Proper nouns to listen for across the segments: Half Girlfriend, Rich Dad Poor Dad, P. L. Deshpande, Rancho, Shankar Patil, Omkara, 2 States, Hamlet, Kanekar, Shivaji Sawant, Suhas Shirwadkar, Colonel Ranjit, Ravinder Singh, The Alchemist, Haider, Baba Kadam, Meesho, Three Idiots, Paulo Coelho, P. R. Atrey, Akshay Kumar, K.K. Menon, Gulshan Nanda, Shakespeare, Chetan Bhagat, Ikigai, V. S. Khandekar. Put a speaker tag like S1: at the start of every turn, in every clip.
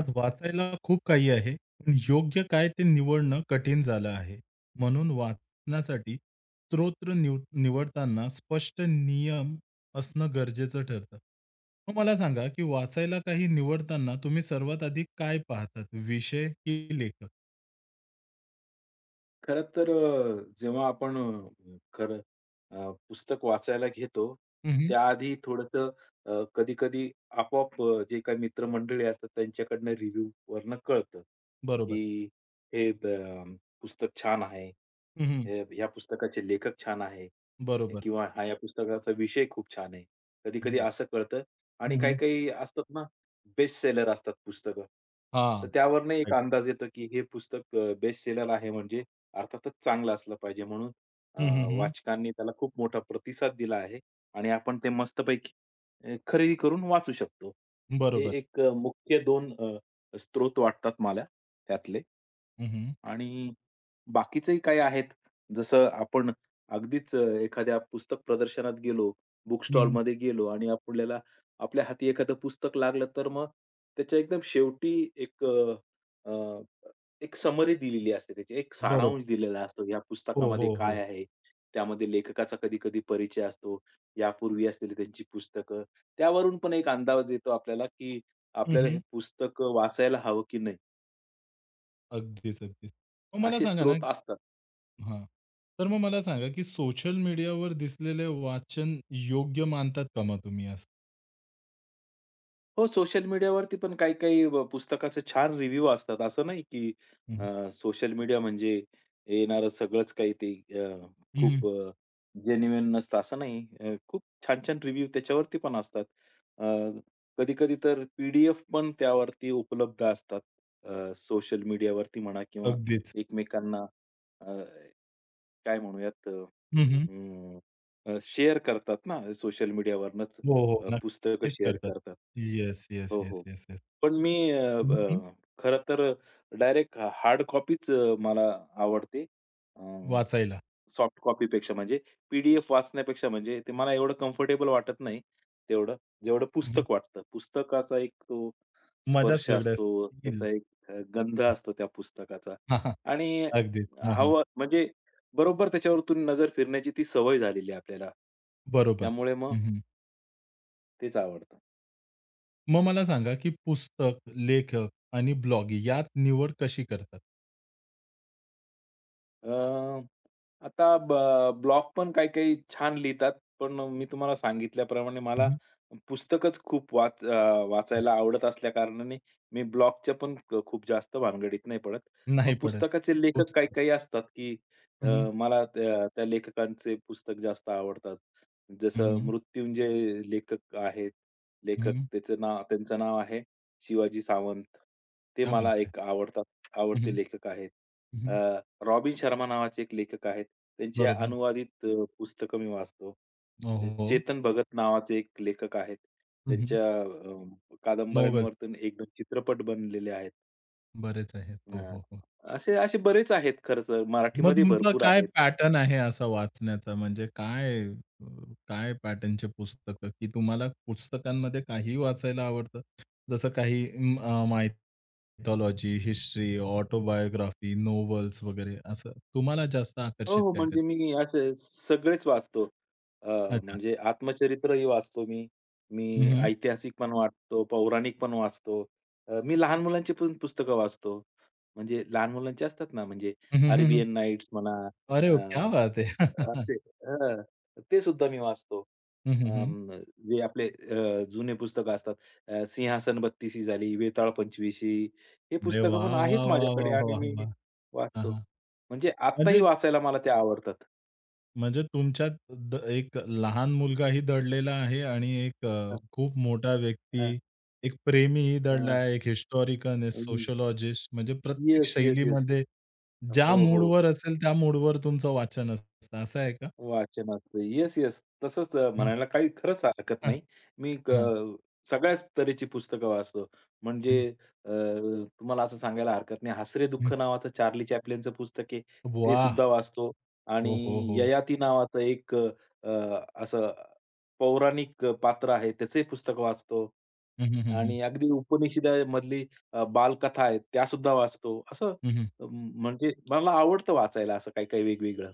S1: आज वाचायला खूप काही आहे, पण योग्य काय ते निवडणं कठीण झालं आहे. म्हणून वाचण्यासाठी स्त्रोत निवडताना स्पष्ट नियम असणं गरजेचं ठरतं. मग मला सांगा, की वाचायला काही निवडताना तुम्ही सर्वात आधी काय पाहतात? विषय की लेखक?
S2: खरं तर जेव्हा आपण पुस्तक वाचायला घेतो,
S1: हं, हं.
S2: त्याआधी थोडंसं कधी-कधी आपोआप जे काही मित्रमंडळी असतात त्यांच्याकडनं रिव्ह्यूवरनं कळतं,
S1: बरोबर.
S2: की हे पुस्तक छान आहे.
S1: हं, हं.
S2: हे ह्या पुस्तकाचे लेखक छान आहे
S1: बरोबर.
S2: किंवा हा या पुस्तकाचा विषय खूप छान आहे. कधी-कधी
S1: हं,
S2: असं कळतं आणि
S1: हं.
S2: काही-काही असतात ना, बेस्ट सेलर असतात पुस्तकं. तर
S1: हां.
S2: त्यावरनं एक
S1: राइट.
S2: अंदाज येतो, की हे पुस्तक बेस्ट सेलर आहे म्हणजे अर्थातच चांगलं असलं पाहिजे म्हणून अ,
S1: हं, हं, हं.
S2: वाचकांनी त्याला खूप मोठा प्रतिसाद दिला आहे आणि आपण ते मस्तपैकी खरेदी करून वाचू शकतो. हे
S1: बरोबर.
S2: एक मुख्य 2 स्त्रोत वाटतात मला त्यातले
S1: हं, हं.
S2: आणि बाकीचेही काही आहेत. जसं आपण अगदीच एखाद्या पुस्तक प्रदर्शनात गेलो, बुक
S1: हं, हं.
S2: स्टॉलमध्ये गेलो आणि आपल्याला आपल्या हाती एखादं पुस्तक लागलं, तर मग त्याच्या एकदम शेवटी एक समरी दिलेली असते त्याची, एक
S1: बरोबर.
S2: सारांश दिलेला असतो. या
S1: हो,
S2: पुस्तकामध्ये
S1: हो,
S2: काय
S1: हो.
S2: आहे? त्यामध्ये लेखकाचा कधी-कधी परिचय असतो. यापूर्वी असलेली त्यांची पुस्तकं. त्यावरून पण एक अंदाज येतो आपल्याला, की
S1: हं,
S2: आपल्याला हे
S1: हं.
S2: पुस्तकं वाचायला हवं की नाही?
S1: अगदीच, अगदीच. मग मला
S2: असे
S1: सांगा ना.
S2: स्त्रोत असतात.
S1: हां. तर मग मला सांगा, की सोशल मीडियावर दिसलेले वाचन योग्य मानतात का मग तुम्ही असं?
S2: हो, सोशल मीडियावरती पण काही-काही पुस्तकाचे छान रिव्ह्यू असतात. असं नाही की
S1: हं, हं,
S2: सोशल मीडिया म्हणजे येणारं सगळंच काही ते अ, खूप अ, जेन्युइन नसतं असं नाही. खूप छान-छान रिव्ह्यू त्याच्यावरती पण असतात. कधी-कधी तर पी-डी-एफ पण त्यावरती उपलब्ध असतात. सोशल मीडियावरती म्हणा किंवा
S1: अगदीच.
S2: एकमेकांना अ, काय म्हणूयात
S1: हं,
S2: शेअर करतात ना सोशल मीडियावरनंच.
S1: हो, हो.
S2: पुस्तकं
S1: नक्कीच
S2: शेअर
S1: करतात.
S2: करतात.
S1: येस, येस,
S2: हो,
S1: येस,
S2: हो.
S1: Yes, yes.
S2: पण मी अ,
S1: हं, हं.
S2: अ, खरं तर डायरेक्ट हार्ड कॉपीच मला आवडते. अ,
S1: वाचायला.
S2: सॉफ्ट कॉपीपेक्षा म्हणजे पी-डी-एफ वाचण्यापेक्षा म्हणजे ते मला एवढं कम्फर्टेबल वाटत नाही तेवढं, जेवढं
S1: हं,
S2: पुस्तक वाटतं. पुस्तकाचा एक तो
S1: मजाच
S2: स्पर्श
S1: वेगळी
S2: असतो,
S1: येईल.
S2: त्याचा एक गंध असतो त्या पुस्तकाचा
S1: हां, हां.
S2: आणि
S1: अगदी. हां, हां.
S2: हवं म्हणजे बरोबर त्याच्यावरतून नजर फिरण्याची ती सवय झालेली आहे आपल्याला.
S1: बरोबर.
S2: त्यामुळे मग
S1: हं,
S2: तेच आवडतं.
S1: मग मला सांगा, की पुस्तक, लेखक आणि ब्लॉग यात निवड कशी करतात?
S2: अ, आता ब्लॉग पण काही-काही छान लिहितात. पण मी तुम्हाला सांगितल्याप्रमाणे मला
S1: हं,
S2: पुस्तकच खूप वाचायला आवडत असल्याकारणाने मी ब्लॉगच्या पण खूप जास्त भानगडीत नाही पडत. मग
S1: नाही पडत.
S2: पुस्तकाचे लेखक
S1: पुस्तक.
S2: काही-काही असतात, की अ,
S1: हं, हं.
S2: मला त्या त्या लेखकांचे पुस्तक जास्त आवडतात. जसं
S1: हं,
S2: मृत्युंजय लेखक आहेत. लेखक त्याचं नाव त्यांचं नाव आहे शिवाजी सावंत. ते
S1: क्या बात
S2: मला
S1: है!
S2: एक आवडतात
S1: हं,
S2: आवडते
S1: हं.
S2: लेखक आहेत. रॉबिन शर्मा नावाचे एक लेखक आहेत. त्यांची
S1: बरोबर.
S2: अनुवादित पुस्तकं मी वाचतो.
S1: हो, हो.
S2: चेतन भगत नावाचे एक लेखक आहेत.
S1: हं, हं.
S2: त्यांच्या
S1: नॉव्हेल्स
S2: कादंबऱ्यांवरतून 1-2 चित्रपट बनलेले आहेत.
S1: बरेच आहेत. हो,
S2: अ,
S1: हो, हो.
S2: असे असे बरेच आहेत, खरं तर
S1: मग
S2: मराठीमध्ये
S1: तुमचा
S2: भरपूर
S1: काय
S2: आहेत.
S1: पॅटर्न आहे असा वाचण्याचा? म्हणजे काय, अ, काय पॅटर्नचे पुस्तकं, की तुम्हाला पुस्तकांमध्ये काहीही वाचायला आवडतं? जसं काही मायथॉलॉजी, हिस्ट्री, ऑटोबायोग्राफी, नॉव्हेल्स वगैरे असं तुम्हाला जास्त
S2: हो,
S1: आकर्षित
S2: हो.
S1: काय करतं?
S2: म्हणजे मी असे सगळेच वाचतो. अ,
S1: अच्छा.
S2: म्हणजे आत्मचरित्रही वाचतो मी.
S1: हं,
S2: मी
S1: हं.
S2: ऐतिहासिक पण वाचतो, पौराणिक पण वाचतो. मी लहान मुलांची पण पुस्तकं वाचतो. म्हणजे लहान मुलांचे असतात ना, म्हणजे
S1: हं, हं, हं, हं.
S2: अरेबियन नाईट्स म्हणा,
S1: क्या
S2: अ,
S1: बात है! हं,
S2: असे हं, ते सुद्धा मी वाचतो.
S1: हं, हं.
S2: अं, जे आपले जुने पुस्तकं असतात. सिंहासन बत्तीसी झाली, वेताळ पंचविशी हे
S1: अरे
S2: पुस्तकं
S1: वाह,
S2: पण
S1: वाह,
S2: आहेत
S1: वाह,
S2: माझ्याकडे
S1: वाह,
S2: आणि
S1: वाह,
S2: मी
S1: वाह! हां,
S2: वाचतो.
S1: हां.
S2: म्हणजे आत्ताही
S1: म्हणजे
S2: वाचायला मला त्या आवडतात.
S1: म्हणजे तुमच्यात द एक लहान मुलगाही दडलेला आहे आणि एक
S2: हां.
S1: खूप मोठा
S2: अ,
S1: व्यक्ती, एक प्रेमीही
S2: अ,
S1: दडला आहे, एक हिस्टॉरिकन, एक
S2: हं.
S1: सोशिओलॉजिस्ट म्हणजे प्रत्येक
S2: येस, येस, येस.
S1: शैलीमध्ये ज्या
S2: हो, हो.
S1: मूडवर असेल त्या मूडवर तुमचं वाचन असतं असं आहे का?
S2: वाचन असतं. Yes, yes. तसंच
S1: हं.
S2: म्हणायला काही खरंच हरकत
S1: हां,
S2: नाही. मी
S1: हां.
S2: सगळ्याच तऱ्हेची पुस्तकं वाचतो. म्हणजे
S1: हं,
S2: अ, तुम्हाला असं सांगायला हरकत नाही, हसरे
S1: हं.
S2: दुःख नावाचं चार्ली चॅप्लिनचं पुस्तक आहे, ते
S1: वाह!
S2: सुद्धा वाचतो आणि
S1: हो, हो, हो.
S2: ययाती नावाचं एक अ, असं पौराणिक पात्र आहे, त्याचंही पुस्तक वाचतो.
S1: हं, हं, हं, हं.
S2: आणि अगदी उपनिषदामधली बालकथा आहेत त्यासुद्धा वाचतो.
S1: हं, हं.
S2: म्हणजे मला आवडतं वाचायला असं काही-काही वेगवेगळं.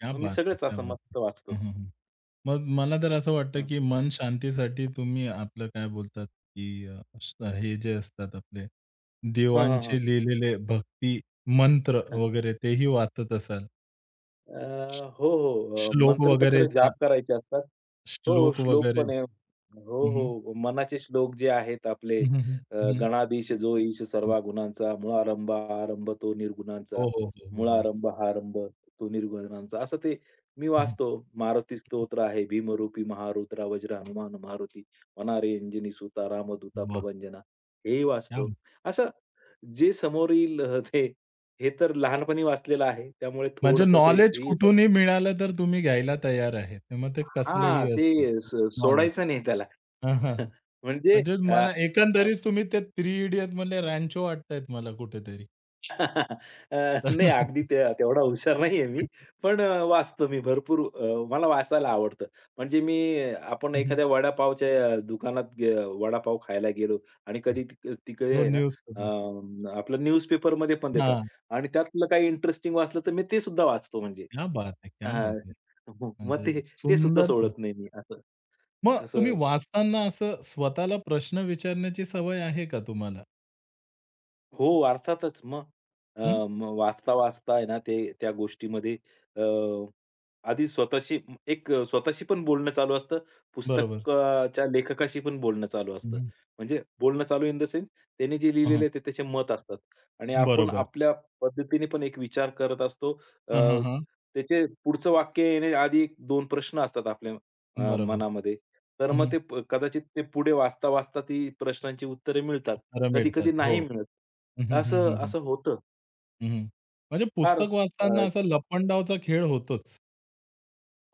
S1: क्या
S2: मग मी
S1: बात है!
S2: सगळंच
S1: क्या
S2: असं
S1: बात
S2: मस्त
S1: है! हं,
S2: वाचतो.
S1: हं, हं. मग मला तर असं वाटतं,
S2: हं.
S1: की मन शांतीसाठी तुम्ही आपलं काय बोलतात, की हे जे असतात आपले
S2: हां, हां, हां.
S1: देवांचे लिहिलेले भक्ती मंत्र वगैरे तेही वाचत असाल.
S2: अ,
S1: श-
S2: हो, हो.
S1: श्लोक
S2: मंत्र तर खरं
S1: वगैरेचा
S2: जाप करायचे असतात. हो, हो.
S1: श्लोक
S2: श्लोक
S1: वगैरे.
S2: पण आहे. हो,
S1: हं, हं.
S2: हो. मनाचे श्लोक जे आहेत आपले
S1: हं, हं,
S2: गणाधीश जो ईश सर्वा गुणांचा, मूळारंभ आरंभ तो
S1: हो,
S2: निर्गुणांचा,
S1: हो, हो, हो, हो, हो.
S2: मूळारंभ हा आरंभ तो निर्गुणांचा. असं ते मी
S1: हं,
S2: वाचतो. मारुती
S1: हं.
S2: स्तोत्र आहे. भीमरूपी महारुद्रा वज्र हनुमान मारुती, वनारेंजनी सुता रामदूता प्रभंजना. हेही
S1: क्या
S2: वाचतो.
S1: बात.
S2: असं जे समोर ते हे तर लहानपणी वाचलेलं आहे. त्यामुळे
S1: म्हणजे
S2: थोडंसं ते
S1: नॉलेज
S2: हे येतं.
S1: कुठूनही मिळालं तर तुम्ही घ्यायला तयार आहे. मग ते
S2: हां,
S1: कसलंही असो.
S2: ते स
S1: नॉलेज.
S2: सोडायचं नाही त्याला. म्हणजे
S1: म्हणजे मला एकंदरीत तुम्ही ते थ्री इडियट मधले रॅन्चो वाटतायत मला कुठेतरी.
S2: अ, नाही, अगदी ते तेवढा हुशार नाहीये मी. पण वाचतो मी भरपूर, मला वाचायला आवडतं. म्हणजे मी आपण
S1: हं, हं.
S2: एखाद्या वडापावच्या दुकानात गे वडापाव खायला गेलो आणि कधी तिकडे
S1: नो
S2: आहे ना
S1: न्यूजपेपर.
S2: आपलं न्यूजपेपरमध्ये पण देतात
S1: हां.
S2: आणि त्यातलं काही इंटरेस्टिंग वाचलं तर मी ते सुद्धा वाचतो, म्हणजे.
S1: क्या बात है! क्या
S2: हां.
S1: बात है!
S2: मग
S1: म्हणजे
S2: ते ते सुद्धा
S1: सुंदरसं.
S2: सोडत नाही मी असं,
S1: मग तुम्ही
S2: असं
S1: वाचताना असं स्वतःला प्रश्न विचारण्याची सवय आहे का तुम्हाला?
S2: हो, अर्थातच. मग अ,
S1: हं,
S2: मग वाचता-वाचता आहे ना, ते त्या गोष्टीमध्ये अ, आधी स्वतःशी म- एक अ, स्वतःशी पण बोलणं चालू असतं.
S1: बरोबर.
S2: पुस्तकाच्या लेखकाशी पण बोलणं चालू
S1: हं,
S2: असतं.
S1: हं.
S2: म्हणजे बोलणं चालू इन द सेन्स, त्याने जे
S1: हं,
S2: लिहिलेलं ते त्याचे मत असतात आणि आपण
S1: बरोबर.
S2: आपल्या पद्धतीने पण एक विचार करत असतो. अ,
S1: हं, हं, हं.
S2: त्याचे पुढचं वाक्य येण्याआधी 2 प्रश्न असतात आपल्या
S1: बरोबर.
S2: मनामध्ये. तर
S1: हं,
S2: मग
S1: हं.
S2: ते कदाचित ते पुढे वाचता-वाचता ती प्रश्नांची उत्तरे मिळतात.
S1: उत्तरं मिळतात.
S2: कधी-कधी
S1: हो.
S2: नाही मिळत.
S1: हं, हं, हं,
S2: असं
S1: हं, हं.
S2: असं होतं.
S1: हं, हं. म्हणजे
S2: फार
S1: पुस्तक वाचताना
S2: अ,
S1: असा लपंडावचा खेळ होतोच.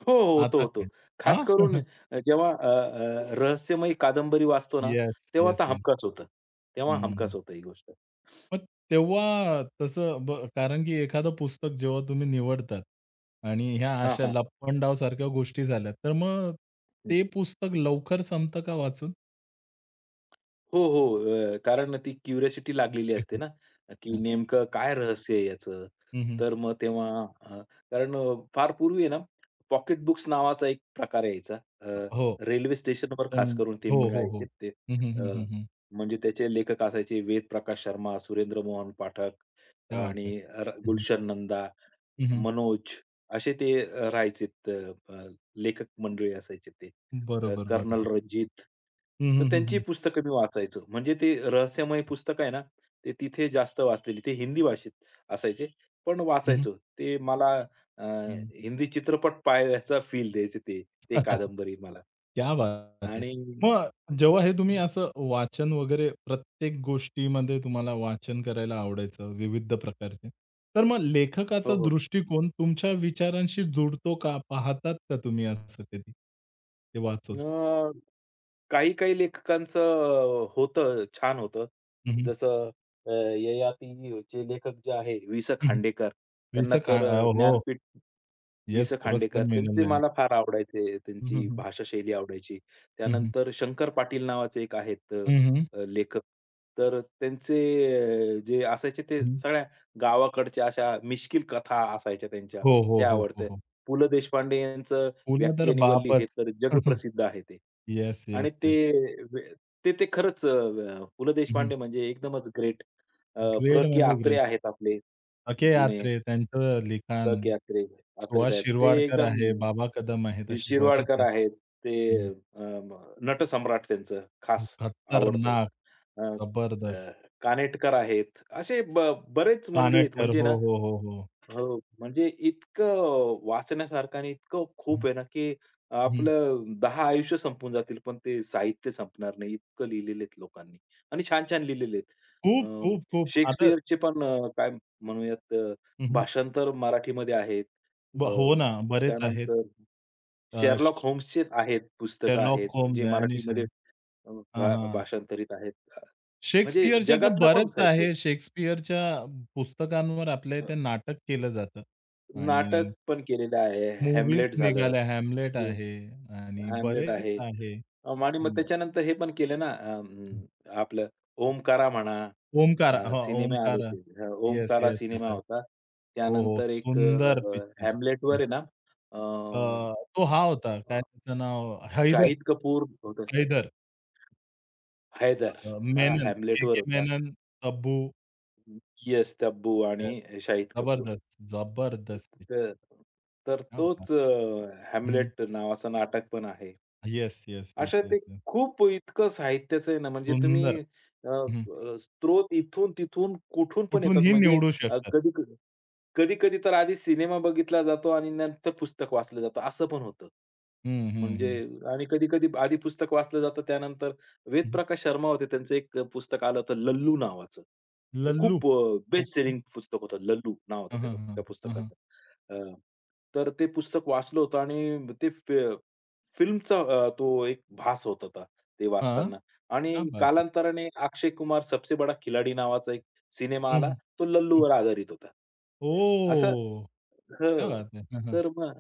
S2: हो, हो. होतं,
S1: आता
S2: होतं.
S1: काय?
S2: खास
S1: हां?
S2: करून जेव्हा अ, अ, रहस्यमयी कादंबरी वाचतो ना,
S1: येस,
S2: तेव्हा
S1: येस.
S2: तर हमखास होतं. तेव्हा हमखास
S1: हं.
S2: होतं ही गोष्ट.
S1: मग तेव्हा तसं कारण की एखादं पुस्तक जेव्हा तुम्ही निवडतात आणि ह्या
S2: हां,
S1: अशा
S2: हां.
S1: लपंडाव सारख्या गोष्टी झाल्या, तर मग ते पुस्तक लवकर संपतं का वाचून?
S2: हो, हो. कारण ती क्युरिओसिटी लागलेली असते ना, की नेमकं काय रहस्य आहे याचं?
S1: हं,
S2: तर मग तेव्हा अ, कारण फार पूर्वी आहे ना, पॉकेट बुक्स नावाचा एक प्रकार यायचा.
S1: हो.
S2: रेल्वे स्टेशनवर
S1: पण
S2: खास करून ते
S1: हो, हो, हो.
S2: मिळायचे ते.
S1: हं, हं,
S2: अ,
S1: हं, हं,
S2: म्हणजे त्याचे लेखक असायचे वेदप्रकाश शर्मा, सुरेंद्र मोहन पाठक
S1: क्या बात
S2: आणि
S1: है! हं, हं.
S2: गुलशन नंदा, मनोज, असे ते अ, राहायचे अ, अ, लेखक मंडळी असायचे ते.
S1: बरोबर, बरोबर.
S2: कर्नल रंजीत.
S1: हं,
S2: तर
S1: हं, हं,
S2: त्यांची
S1: हं.
S2: पुस्तकं मी वाचायचो. म्हणजे ते रहस्यमय पुस्तक आहे ना, ते तिथे जास्त वाचलेली. ते हिंदी भाषेत असायचे, पण
S1: हं,
S2: वाचायचो. ते मला अ, हिंदी चित्रपट पाहायचा फील द्यायचे ते, ते कादंबरी मला.
S1: क्या बात है!
S2: आणि
S1: मग जेव्हा हे तुम्ही असं वाचन वगैरे प्रत्येक गोष्टीमध्ये तुम्हाला वाचन करायला आवडायचं विविध प्रकारचे. तर मग लेखकाचा
S2: हो, हो.
S1: दृष्टिकोन तुमच्या विचारांशी जुडतो का? पाहतात का तुम्ही असं कधी? ते वाचून?
S2: काही-काही लेखकांचं होतं, छान होतं.
S1: हं, हं.
S2: जसं अ, ययातीचे लेखक जे आहे वि. स.
S1: हं,
S2: खांडेकर, त्यांना तर
S1: हो.
S2: ज्ञानपीठ. वि.
S1: येस,
S2: स.
S1: पुरस्कार
S2: खांडेकर त्यांचे
S1: मिळालेला आहे.
S2: मला फार आवडायचे.
S1: हं, हं,
S2: त्यांची
S1: हं.
S2: भाषाशैली आवडायची.
S1: हं, हं.
S2: त्यानंतर शंकर पाटील नावाचे एक आहेत लेखक. तर त्यांचे जे असायचे ते सगळ्या गावाकडच्या अशा मिश्कील कथा असायच्या त्यांच्या,
S1: हो, हो,
S2: त्या
S1: हो, हो,
S2: आवडत्या.
S1: हो.
S2: पु. ल. देशपांडे यांचं
S1: फुलं तर
S2: व्यक्ती आणि वल्ली, हे
S1: बापच.
S2: तर जगप्रसिद्ध आहे ते.
S1: येस,
S2: आणि
S1: येस,
S2: ते
S1: येस.
S2: वे ते ते खरंच अ, अ, पु. ल. देशपांडे म्हणजे एकदमच ग्रेट. अ, प्र.
S1: ग्रेट
S2: के.
S1: म्हणजे
S2: अत्रे
S1: ग्रेट.
S2: आहेत आपले
S1: अके
S2: जुने.
S1: यात्रे, त्यांचं लिखाण,
S2: प्र. के. अत्रे, अत्रे
S1: सुहास
S2: साहेब. ते
S1: शिरवाडकर
S2: एकदम
S1: आहे, बाबा कदम आहेत, असे बरेच
S2: शिरवाडकर
S1: आहेत.
S2: आहेत. ते
S1: हं.
S2: अ, म नटसम्राट त्यांचं खास आवडतं.
S1: खतरनाक,
S2: अ, अ,
S1: जबरदस्त,
S2: कानेटकर आहेत. असे बरेच मंडळीत
S1: कानेटकर.
S2: म्हणजे
S1: हो,
S2: ना.
S1: हो, हो, हो.
S2: हो, म्हणजे इतकं वाचण्यासारखं आणि इतकं
S1: हं,
S2: खूप आहे ना, की
S1: हं.
S2: आपलं 10 आयुष्य संपून जातील, पण ते साहित्य संपणार नाही. इतकं लिहिलेले आहेत लोकांनी आणि छान-छान लिहिलेले आहेत.
S1: खूप, खूप, खूप. आता
S2: शेक्सपियरचे पण काय म्हणूयात,
S1: हं, हं.
S2: भाषांतर मराठीमध्ये आहेत. अ,
S1: हो ना, बरेच आहेत.
S2: त्यानंतर
S1: अ,
S2: शेरलॉक होम्सचे आहेत, पुस्तकं
S1: शेरलॉक
S2: आहेत, जे
S1: होम्स आहे आणि
S2: मराठीमध्ये
S1: हां, हां.
S2: भाषांतरित आहेत. म्हणजे
S1: शेक्सपियरचे तर
S2: जगातलं पण
S1: बरेच
S2: साहित्य.
S1: आहे. शेक्सपियरच्या पुस्तकांवर आपल्या इथे नाटक केलं जातं आणि
S2: नाटक पण केलेलं आहे.
S1: मूव्हीज
S2: हॅमलेट झालं.
S1: निघाल्या. हॅमलेट
S2: हं,
S1: आहे आणि
S2: हॅमलेट
S1: बरेच
S2: आहे.
S1: आहे.
S2: आणि मग
S1: हं.
S2: त्याच्यानंतर हे पण केलं ना, आपलं ओमकारा म्हणा, अ,
S1: ओमकारा हां,
S2: सिनेमे आले
S1: ओमकारा.
S2: ते. हं,
S1: yes,
S2: Omkara
S1: yes, yes,
S2: cinema
S1: yes.
S2: होता.
S1: हो, हो.
S2: त्यानंतर एक
S1: सुंदर पिक्चर.
S2: हॅमलेटवर
S1: हं.
S2: आहे ना,
S1: अ,
S2: अं,
S1: तो हा होता, काय
S2: अ,
S1: त्याचं नाव? हैदर,
S2: शाहिद कपूर होतं.
S1: हैदर.
S2: हैदर हा
S1: मेनन,
S2: हॅमलेटवर
S1: के.के.
S2: होता.
S1: मेनन, तब्बू.
S2: Yes, Tabu
S1: yes.
S2: आणि शाहिद कपूर.
S1: जबरदस्त, जबरदस्त पिक्चर.
S2: तर तर
S1: क्या बात!
S2: तोच
S1: हं.
S2: हॅम्लेट नावाचं नाटक पण आहे.
S1: येस, येस, येस,
S2: अशा
S1: येस,
S2: ते
S1: येस.
S2: खूप इतकं साहित्याचं आहे ना, म्हणजे
S1: सुंदर.
S2: तुम्ही अ,
S1: हं.
S2: अ, स्रोत इथून-तिथून कुठून पण येतात.
S1: कुठूनही
S2: म्हणजे
S1: निवडू
S2: अ,
S1: शकतात.
S2: कधी कधी-कधी तर आधी सिनेमा बघितला जातो आणि नंतर पुस्तक वाचलं जातं, असं पण होतं.
S1: हं, हं,
S2: म्हणजे
S1: हं.
S2: आणि कधी-कधी आधी पुस्तक वाचलं जातं, त्यानंतर
S1: हं.
S2: वेदप्रकाश शर्मा होते. त्यांचं एक पुस्तक आलं होतं लल्लू नावाचं. ते
S1: लल्लू.
S2: खूप बेस्ट
S1: ओके.
S2: सेलिंग पुस्तक होतं. लल्लू नाव होतं
S1: हां, हां,
S2: त्याचं
S1: हां.
S2: त्या
S1: हां, हां.
S2: पुस्तकाचं. अ, तर ते पुस्तक वाचलं होतं आणि ते फि फिल्मचा तो एक भास होत होता ते
S1: हां.
S2: वाचताना आणि
S1: क्या बात है!
S2: कालांतराने अक्षय कुमार सबसे बडा खिलाडी नावाचा एक सिनेमा
S1: हं,
S2: आला. तो
S1: हं.
S2: लल्लूवर आधारित होता. असं,
S1: ओह! क्या
S2: हो.
S1: बात है! हं, हं.
S2: तर मग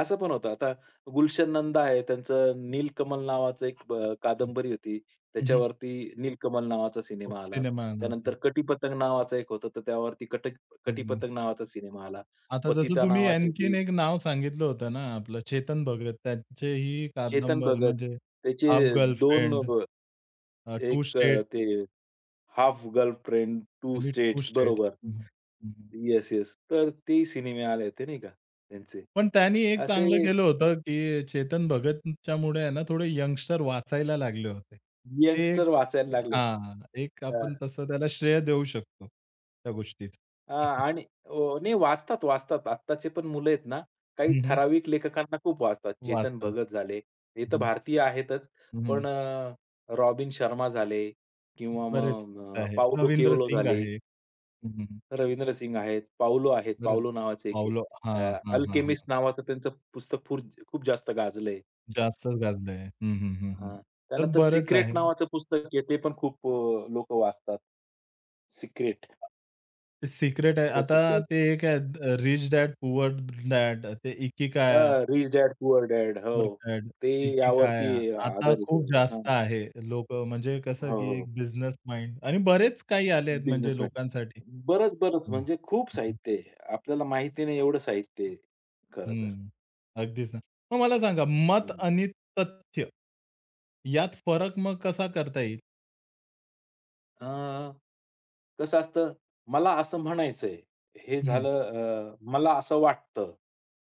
S2: असं पण होतं. आता गुलशन नंदा आहे, त्यांचं नीलकमल नावाचं एक कादंबरी होती.
S1: हं, हं.
S2: त्याच्यावरती नीलकमल नावाचा
S1: तो
S2: सिनेमा आला.
S1: सिनेमा आला होता.
S2: त्यानंतर कटी पतंग नावाचं एक होता तर त्यावरती कटी
S1: अगदी.
S2: पतंग नावाचा सिनेमा आला.
S1: आता जसं
S2: पतिता
S1: तुम्ही
S2: नावाची
S1: आणखीन
S2: होती.
S1: एक नाव सांगितलं होतं ना, आपलं चेतन भगत. त्याचे ही
S2: चेतन
S1: कादंबरी
S2: भगत
S1: म्हणजे
S2: त्याचे
S1: हाल्फ
S2: 2
S1: गर्लफ्रेंड,
S2: अ,
S1: टू
S2: एक अ,
S1: स्टेट
S2: ते हाल्फ गर्लफ्रेंड, 2
S1: आणि टू
S2: स्टेट्स
S1: स्टेट.
S2: बरोबर.
S1: हं, हं. हं, हं.
S2: Yes, yes. तर ते सिनेमे आले होते नाही का त्यांचे.
S1: पण त्यांनी एक
S2: असे
S1: चांगलं केलं होतं, की चेतन भगतच्यामुळे आहे ना, थोडे यंगस्टर वाचायला लागले होते. ते एक
S2: यंगस्टर वाचायला लागले.
S1: हां, एक आपण तसं त्याला श्रेय देऊ शकतो, त्या गोष्टीचं.
S2: आणि ओ नाही, वाचतात, वाचतात. आत्ताचे पण मुलं आहेत ना, काही
S1: हं, हं.
S2: ठराविक लेखकांना खूप वाचतात. चेतन
S1: वाचतात.
S2: भगत झाले, हे तर
S1: हं,
S2: भारतीय आहेतच.
S1: हं, हं.
S2: पण रॉबिन शर्मा झाले किंवा
S1: बरेच
S2: मग
S1: आहे.
S2: पाउलो
S1: रवींद्र
S2: कोएल्हो
S1: सिंग
S2: झाले,
S1: आहे. हं, हं.
S2: रवींद्र सिंग आहेत, पाउलो आहेत.
S1: बरेच
S2: पाउलो नावाचे एक आहेत.
S1: पावलो हां, हां, हां, हां.
S2: अल्केमिस्ट नावाचं त्यांचं पुस्तक खूप जास्त गाजलंय.
S1: जास्तच गाजलंय. हं, हं, हं, हं.
S2: हां.
S1: तर
S2: त्यानंतर
S1: बरेच
S2: सिक्रेट
S1: आहे.
S2: नावाचं पुस्तक आहे, ते पण खूप वाचतात. सिक्रेट,
S1: ते सिक्रेट आहे.
S2: द
S1: आता
S2: सिक्रेट.
S1: ते एक आहे रिच डॅड पुअर डॅड ते इकिगाया,
S2: हां, रिच डॅड पुअर डॅड. हो.
S1: पुअर डॅड,
S2: ते यावरती
S1: इकिगाया. आता
S2: आधारित
S1: खूप
S2: आहे. हां.
S1: जास्त आहे. लोकं म्हणजे कसं
S2: हो,
S1: की
S2: हो.
S1: एक बिझनेस माइंड आणि बरेच काही आले आहेत म्हणजे
S2: बिझनेसमॅन.
S1: लोकांसाठी.
S2: बरंच, बरंच
S1: हं,
S2: म्हणजे खूप
S1: हं,
S2: साहित्य आहे. आपल्याला माहिती नाही एवढं साहित्य आहे खरं तर.
S1: हं. अगदीच ना. मग मला सांगा मत
S2: हं.
S1: आणि तथ्य यात फरक मग कसा करता येईल?
S2: अ, कसं असतं, मला असं म्हणायचंय. हे
S1: हं,
S2: झालं मला असं वाटतं.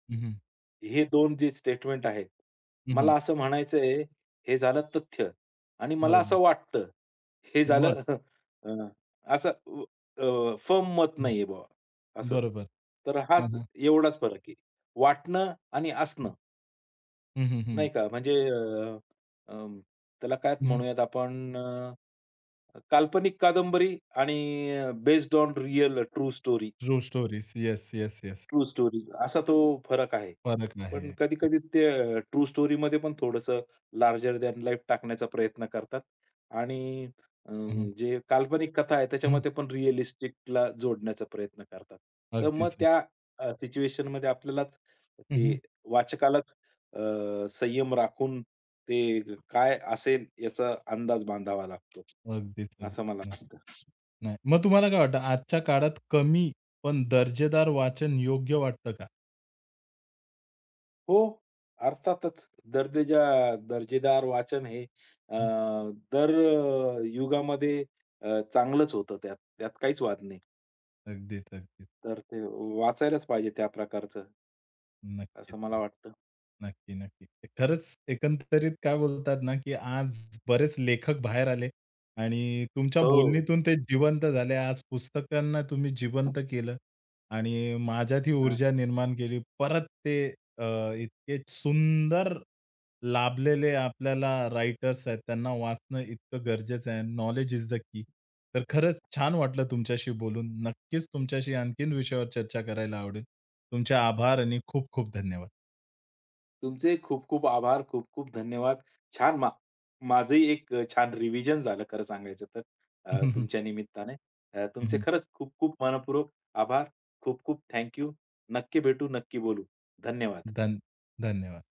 S1: हं, हं,
S2: हे दोन जे स्टेटमेंट आहेत, मला असं म्हणायचंय, हे झालं तथ्य, आणि मला
S1: बरोबर.
S2: असं वाटतं, हे
S1: हे मग
S2: झालं. अ, असं फर्म मत
S1: हं,
S2: नाहीये बुवा असं.
S1: बरोबर.
S2: तर
S1: हां,
S2: हाच
S1: हां.
S2: एवढाच फरक आहे. वाटणं आणि असणं,
S1: हं, हं, हं,
S2: नाही का, म्हणजे अं, त्याला काय
S1: हं.
S2: म्हणूयात आपण, काल्पनिक कादंबरी आणि based on real true story,
S1: true stories. Yes, yes, yes.
S2: True story, असा तो फरक आहे.
S1: फरक
S2: पण
S1: आहे.
S2: कधी-कधी ते स्टोरीमध्ये पण थोडंसं लार्जर दॅन लाईफ टाकण्याचा प्रयत्न करतात आणि
S1: हं, हं,
S2: जे काल्पनिक कथा आहे
S1: हं.
S2: त्याच्यामध्ये पण रिअलिस्टिकला जोडण्याचा प्रयत्न करतात. तर मग
S1: अगदीच.
S2: त्या सिच्युएशनमध्ये आपल्यालाच
S1: हं,
S2: ते
S1: हं.
S2: वाचकालाच संयम राखून ते काय असेल याचा अंदाज बांधावा लागतो,
S1: अगदीच,
S2: असं
S1: अगदीच.
S2: मला
S1: नाही,
S2: वाटतं.
S1: नाही. मग तुम्हाला काय वाटतं आजच्या काळात कमी पण दर्जेदार वाचन योग्य वाटतं का?
S2: हो, अर्थातच. दर्देजा दर्जेदार वाचन हे
S1: हं.
S2: दर युगामध्ये चांगलंच होतं त्यात. त्यात काहीच वाद नाही.
S1: अगदीच, अगदीच.
S2: तर ते वाचायलाच पाहिजे त्या प्रकारचं,
S1: नक्कीच
S2: असं मला
S1: ना.
S2: वाटतं.
S1: नक्की, नक्की. खरंच एकंदरीत काय बोलतात ना, की आज बरेच लेखक बाहेर आले आणि तुमच्या
S2: हो.
S1: बोलणीतून ते जिवंत झाले. आज पुस्तकांना तुम्ही जिवंत केलं आणि माझ्यात ही
S2: हां.
S1: ऊर्जा निर्माण केली. परत ते इतके सुंदर लाभलेले आपल्याला रायटर्स आहेत, त्यांना वाचणं इतकं गरजेचं आहे. Knowledge is the key. तर खरंच छान वाटलं तुमच्याशी बोलून. नक्कीच तुमच्याशी आणखीन विषयावर चर्चा करायला आवडेल. तुमचे आभार आणि खूप खूप धन्यवाद.
S2: तुमचे खूप-खूप आभार, खूप-खूप धन्यवाद. छान मा माझंही एक छान रिव्हिजन झालं, खरं सांगायचं तर तुमच्या निमित्ताने. तुमचे खरंच खूप-खूप मनःपूर्वक आभार. खूप-खूप थँक यू. नक्की भेटू, नक्की बोलू. धन्यवाद.
S1: धन धन्यवाद.